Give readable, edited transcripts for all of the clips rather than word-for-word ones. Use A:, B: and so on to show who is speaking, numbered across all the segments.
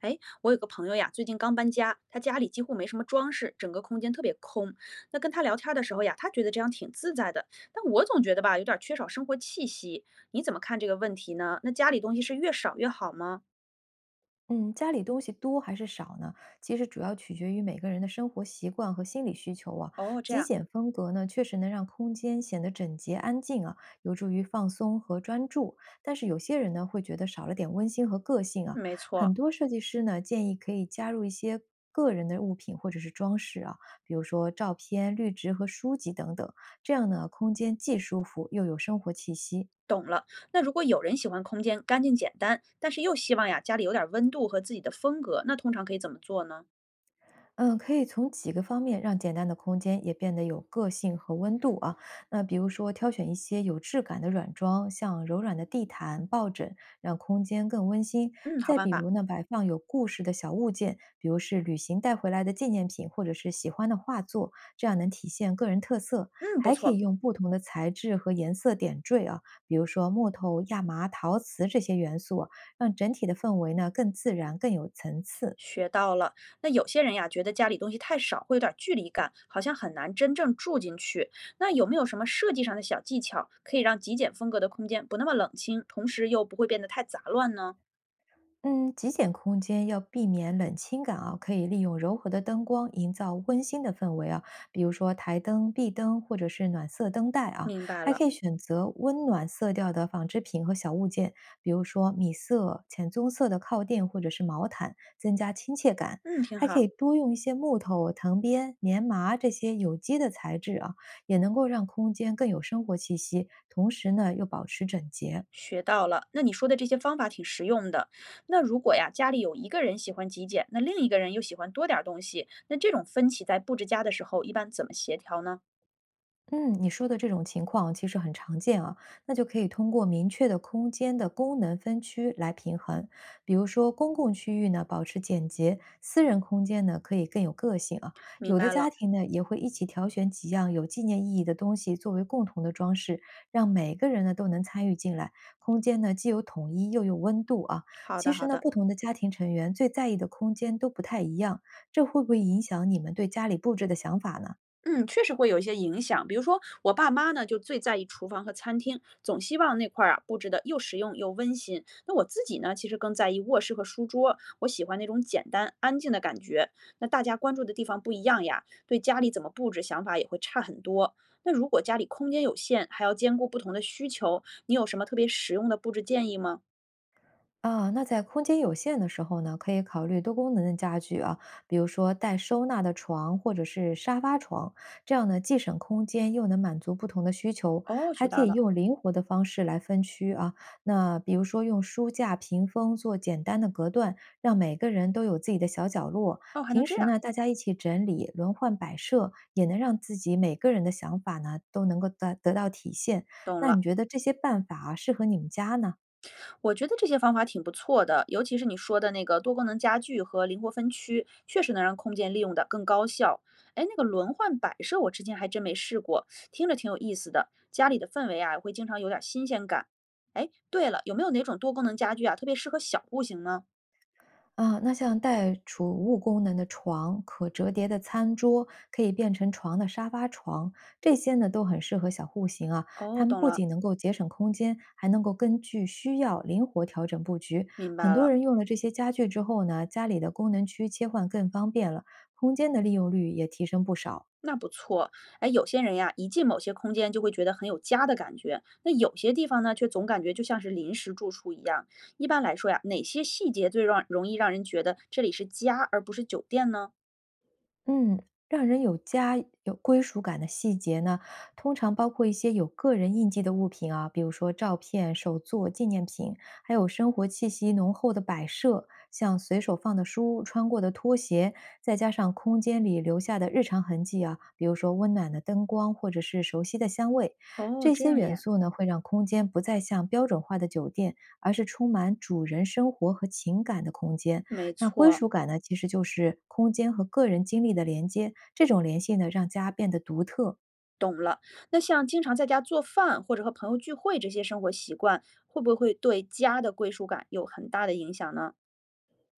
A: 哎，我有个朋友呀，最近刚搬家，他家里几乎没什么装饰，整个空间特别空。那跟他聊天的时候呀，他觉得这样挺自在的，但我总觉得吧，有点儿缺少生活气息。你怎么看这个问题呢？那家里东西是越少越好吗？
B: 嗯，家里东西多还是少呢？其实主要取决于每个人的生活习惯和心理需求啊。
A: 哦，这
B: 极
A: 样，
B: 简风格呢，确实能让空间显得整洁安静啊，有助于放松和专注。但是有些人呢，会觉得少了点温馨和个性啊。
A: 没错，
B: 很多设计师呢，建议可以加入一些个人的物品或者是装饰啊，比如说照片、绿植和书籍等等，这样呢，空间既舒服又有生活气息。
A: 懂了。那如果有人喜欢空间干净简单，但是又希望呀家里有点儿温度和自己的风格，那通常可以怎么做呢？
B: 嗯，可以从几个方面让简单的空间也变得有个性和温度啊。那比如说，挑选一些有质感的软装，像柔软的地毯、抱枕，让空间更温馨。
A: 嗯，好
B: 再
A: 办
B: 比
A: 法。
B: 如呢，摆放有故事的小物件，比如是旅行带回来的纪念品，或者是喜欢的画作，这样能体现个人特色。
A: 嗯，不
B: 还可
A: 错。
B: 以用不同的材质和颜色点缀啊，比如说木头、亚麻、陶瓷这些元素啊让整体的氛围呢更自然、更有层次。
A: 学到了。那有些人呀，觉得家里东西太少，会有点儿距离感，好像很难真正住进去。那有没有什么设计上的小技巧，可以让极简风格的空间不那么冷清，同时又不会变得太杂乱呢？
B: 嗯，极简空间要避免冷清感啊，可以利用柔和的灯光营造温馨的氛围啊，比如说台灯、壁灯或者是暖色灯带啊，
A: 明白
B: 还
A: 了，
B: 可以选择温暖色调的纺织品和小物件，比如说米色、浅棕色的靠垫或者是毛毯，增加亲切感。
A: 嗯，挺
B: 还可
A: 好。
B: 以多用一些木头、藤编、棉麻这些有机的材质啊，也能够让空间更有生活气息，同时呢又保持整洁。
A: 学到了，那你说的这些方法挺实用的。那如果呀，家里有一个人喜欢极简，那另一个人又喜欢多点儿东西，那这种分歧在布置家的时候，一般怎么协调呢？
B: 嗯，你说的这种情况其实很常见啊，那就可以通过明确的空间的功能分区来平衡。比如说，公共区域呢保持简洁，私人空间呢可以更有个性啊。
A: 明
B: 有的
A: 白
B: 家
A: 了，
B: 庭呢也会一起挑选几样有纪念意义的东西作为共同的装饰，让每个人呢都能参与进来，空间呢既有统一又有温度啊。
A: 好
B: 其
A: 的，好
B: 实呢，
A: 的。
B: 不同的家庭成员最在意的空间都不太一样，这会不会影响你们对家里布置的想法呢？
A: 嗯，确实会有一些影响。比如说，我爸妈呢就最在意厨房和餐厅，总希望那块儿啊布置的又实用又温馨。那我自己呢，其实更在意卧室和书桌，我喜欢那种简单安静的感觉。那大家关注的地方不一样呀，对家里怎么布置想法也会差很多。那如果家里空间有限，还要兼顾不同的需求，你有什么特别实用的布置建议吗？
B: 啊，那在空间有限的时候呢，可以考虑多功能的家具啊，比如说带收纳的床或者是沙发床，这样呢既省空间又能满足不同的需求，
A: 哦，学
B: 还可
A: 到
B: 以
A: 了。
B: 用灵活的方式来分区啊。那比如说用书架、屏风做简单的隔断，让每个人都有自己的小角落。
A: 哦，还能
B: 平
A: 这
B: 时
A: 样，
B: 呢，大家一起整理、轮换摆设，也能让自己每个人的想法呢都能够得到体现。
A: 懂
B: 那
A: 了。
B: 你觉得这些办法啊，适合你们家呢？
A: 我觉得这些方法挺不错的，尤其是你说的那个多功能家具和灵活分区，确实能让空间利用的更高效。哎，那个轮换摆设我之前还真没试过，听着挺有意思的。家里的氛围啊，也会经常有点新鲜感。哎，对了，有没有哪种多功能家具啊，特别适合小户型呢？
B: 啊，那像带储物功能的床、可折叠的餐桌、可以变成床的沙发床，这些呢都很适合小户型啊。
A: 哦，
B: 它们
A: 懂
B: 不
A: 了，
B: 仅能够节省空间，还能够根据需要灵活调整布局。
A: 明白
B: 很多
A: 了。
B: 人用了这些家具之后呢，家里的功能区切换更方便了，空间的利用率也提升不少。
A: 那不错。哎，有些人呀，一进某些空间就会觉得很有家的感觉，那有些地方呢，却总感觉就像是临时住处一样。一般来说呀，哪些细节最让容易让人觉得这里是家而不是酒店呢？
B: 嗯，让人有家、有归属感的细节呢，通常包括一些有个人印记的物品啊，比如说照片、手作、纪念品，还有生活气息浓厚的摆设，像随手放的书、穿过的拖鞋，再加上空间里留下的日常痕迹啊，比如说温暖的灯光或者是熟悉的香味，
A: 哦，
B: 这
A: 这
B: 些
A: 样
B: 元
A: 呀，
B: 素呢，会让空间不再像标准化的酒店，而是充满主人生活和情感的空间。
A: 没
B: 那归
A: 错，
B: 属感呢，其实就是空间和个人经历的连接，这种联系呢，让家变得独特。
A: 懂了。那像经常在家做饭或者和朋友聚会这些生活习惯，会不会对家的归属感有很大的影响呢？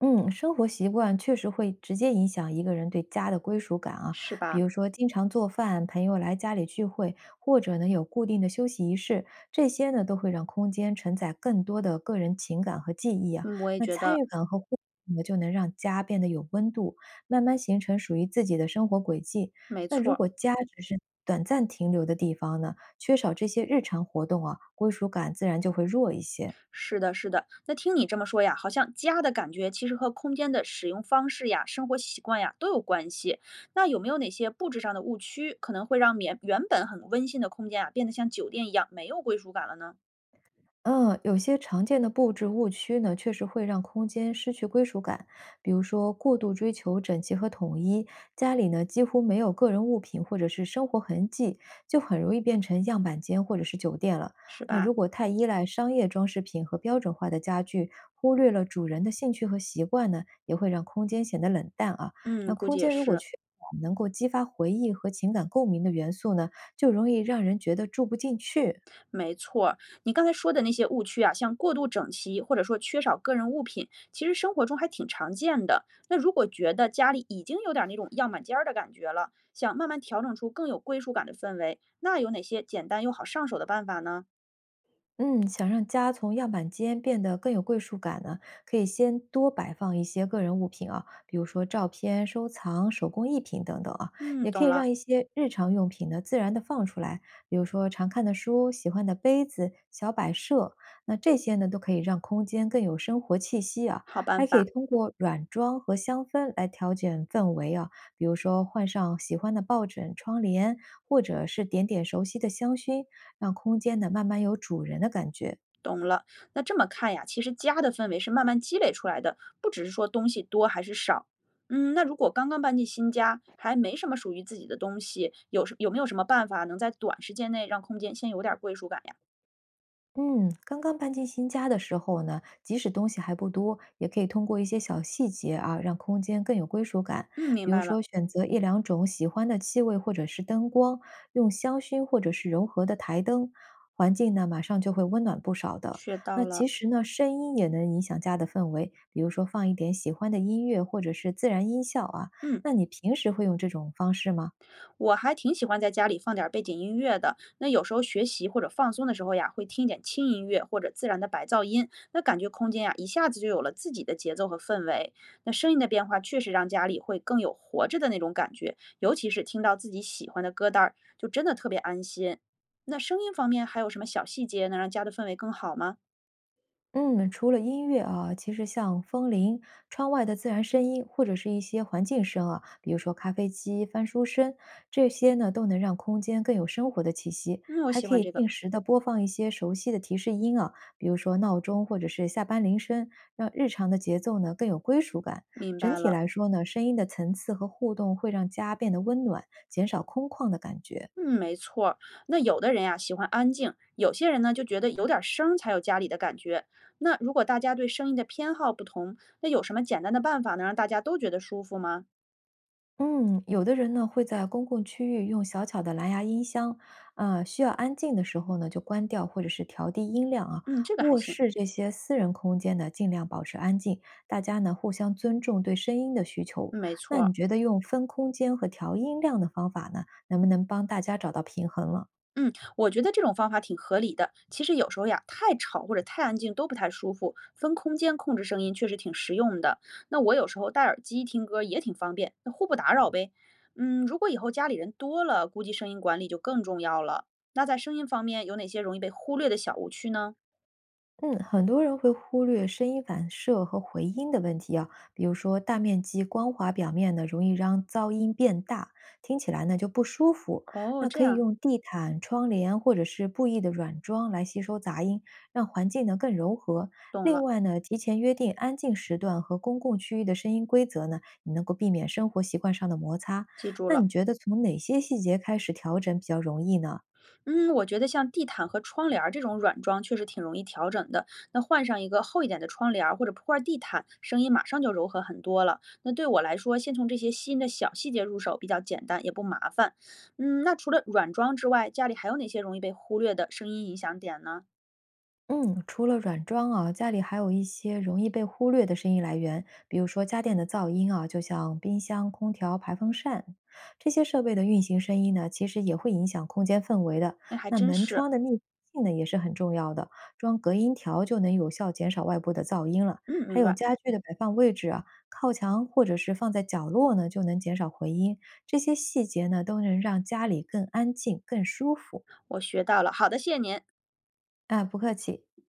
B: 嗯，生活习惯确实会直接影响一个人对家的归属感啊。
A: 是
B: 比
A: 吧？
B: 如说，经常做饭，朋友来家里聚会，或者呢有固定的休息仪式，这些呢都会让空间承载更多的个人情感和记忆啊。
A: 嗯，我也
B: 那
A: 觉
B: 参
A: 得
B: 与感和互动呢，就能让家变得有温度，慢慢形成属于自己的生活轨迹。
A: 没
B: 那如
A: 错。
B: 果家只是短暂停留的地方呢，缺少这些日常活动啊，归属感自然就会弱一些。
A: 是的，是的。那听你这么说呀，好像家的感觉其实和空间的使用方式呀、生活习惯呀都有关系。那有没有哪些布置上的误区，可能会让免原本很温馨的空间啊，变得像酒店一样没有归属感了呢？
B: 嗯，有些常见的布置误区呢，确实会让空间失去归属感。比如说，过度追求整齐和统一，家里呢几乎没有个人物品或者是生活痕迹，就很容易变成样板间或者是酒店了。
A: 是
B: 那
A: 吧？
B: 如果太依赖商业装饰品和标准化的家具，忽略了主人的兴趣和习惯呢，也会让空间显得冷淡啊。
A: 嗯，
B: 那
A: 估计
B: 空
A: 也
B: 间如果
A: 是。
B: 缺少能够激发回忆和情感共鸣的元素呢，就容易让人觉得住不进去。
A: 没错。你刚才说的那些误区啊，像过度整齐或者说缺少个人物品，其实生活中还挺常见的。那如果觉得家里已经有点儿那种样板间儿的感觉了，想慢慢调整出更有归属感的氛围，那有哪些简单又好上手的办法呢？
B: 嗯，想让家从样板间变得更有归属感呢，可以先多摆放一些个人物品啊，比如说照片、收藏、手工艺品等等啊，
A: 嗯，
B: 也可
A: 懂
B: 以
A: 了，
B: 让一些日常用品呢自然的放出来，比如说常看的书、喜欢的杯子、小摆设，那这些呢都可以让空间更有生活气息啊，
A: 好办
B: 还可以
A: 法。
B: 通过软装和香氛来调整氛围啊，比如说换上喜欢的抱枕、窗帘，或者是点点熟悉的香薰。让空间呢慢慢有主人的感觉。
A: 懂了，那这么看呀，其实家的氛围是慢慢积累出来的，不只是说东西多还是少。嗯，那如果刚刚搬进新家，还没什么属于自己的东西，有没有什么办法能在短时间内让空间先有点儿归属感呀？
B: 嗯，刚刚搬进新家的时候呢，即使东西还不多，也可以通过一些小细节啊，让空间更有归属感。
A: 嗯，明
B: 比如
A: 白了，
B: 说，选择一两种喜欢的气味或者是灯光，用香薰或者是柔和的台灯，环境呢马上就会温暖不少的。
A: 学
B: 那
A: 到了，
B: 其实呢，声音也能影响家的氛围，比如说放一点喜欢的音乐或者是自然音效啊。
A: 嗯。
B: 那你平时会用这种方式吗？
A: 我还挺喜欢在家里放点儿背景音乐的，那有时候学习或者放松的时候呀，会听一点轻音乐或者自然的白噪音，那感觉空间呀一下子就有了自己的节奏和氛围。那声音的变化确实让家里会更有活着的那种感觉，尤其是听到自己喜欢的歌单儿，就真的特别安心。那声音方面还有什么小细节能让家的氛围更好吗？
B: 嗯，除了音乐啊，其实像风铃、窗外的自然声音，或者是一些环境声啊，比如说咖啡机翻书声，这些呢都能让空间更有生活的气息。
A: 嗯，我
B: 还
A: 喜
B: 可
A: 欢
B: 以
A: 这个，
B: 定时的播放一些熟悉的提示音啊，比如说闹钟或者是下班铃声，让日常的节奏呢更有归属感。
A: 明
B: 整
A: 白
B: 体
A: 了。
B: 来说呢，声音的层次和互动会让家变得温暖，减少空旷的感觉。
A: 嗯，没错儿。那有的人呀、喜欢安静，有些人呢就觉得有点儿声儿才有家里的感觉。那如果大家对声音的偏好不同，那有什么简单的办法能让大家都觉得舒服吗？
B: 嗯，有的人呢会在公共区域用小巧的蓝牙音箱，啊、需要安静的时候呢就关掉或者是调低音量啊。
A: 嗯，这个还
B: 卧
A: 行。
B: 室这些私人空间呢，尽量保持安静，大家呢互相尊重对声音的需求。
A: 嗯没错
B: 那
A: 儿。
B: 你觉得用分空间和调音量的方法呢，能不能帮大家找到平衡了？
A: 嗯，我觉得这种方法挺合理的。其实有时候呀，太吵或者太安静都不太舒服，分空间控制声音确实挺实用的。那我有时候戴耳机听歌也挺方便，那互不打扰呗。嗯，如果以后家里人多了，估计声音管理就更重要了。那在声音方面，有哪些容易被忽略的小误区呢？
B: 嗯，很多人会忽略声音反射和回音的问题啊，比如说大面积光滑表面呢，容易让噪音变大，听起来呢就不舒服。
A: 哦，
B: 那
A: 这
B: 可以
A: 样，
B: 用地毯、窗帘或者是布艺的软装来吸收杂音，让环境呢更柔和。
A: 懂
B: 另
A: 了，
B: 外呢，提前约定安静时段和公共区域的声音规则呢，你能够避免生活习惯上的摩擦。
A: 记住
B: 那
A: 了。
B: 你觉得从哪些细节开始调整比较容易呢？
A: 嗯，我觉得像地毯和窗帘儿这种软装确实挺容易调整的。那换上一个厚一点的窗帘儿或者铺块地毯，声音马上就柔和很多了。那对我来说，先从这些新的小细节入手比较简单，也不麻烦。嗯，那除了软装之外，家里还有哪些容易被忽略的声音影响点呢？
B: 嗯，除了软装啊，家里还有一些容易被忽略的声音来源，比如说家电的噪音啊，就像冰箱、空调、排风扇这些设备的运行声音呢，其实也会影响空间氛围的。
A: 那还
B: 那
A: 真
B: 门
A: 是。
B: 窗的密闭性呢，也是很重要的，装隔音条就能有效减少外部的噪音了。
A: 嗯，
B: 还
A: 明
B: 有
A: 白，
B: 家具的摆放位置啊，靠墙或者是放在角落呢，就能减少回音。这些细节呢，都能让家里更安静、更舒服。
A: 我学到了。好的，谢谢您。
B: 啊，不客气。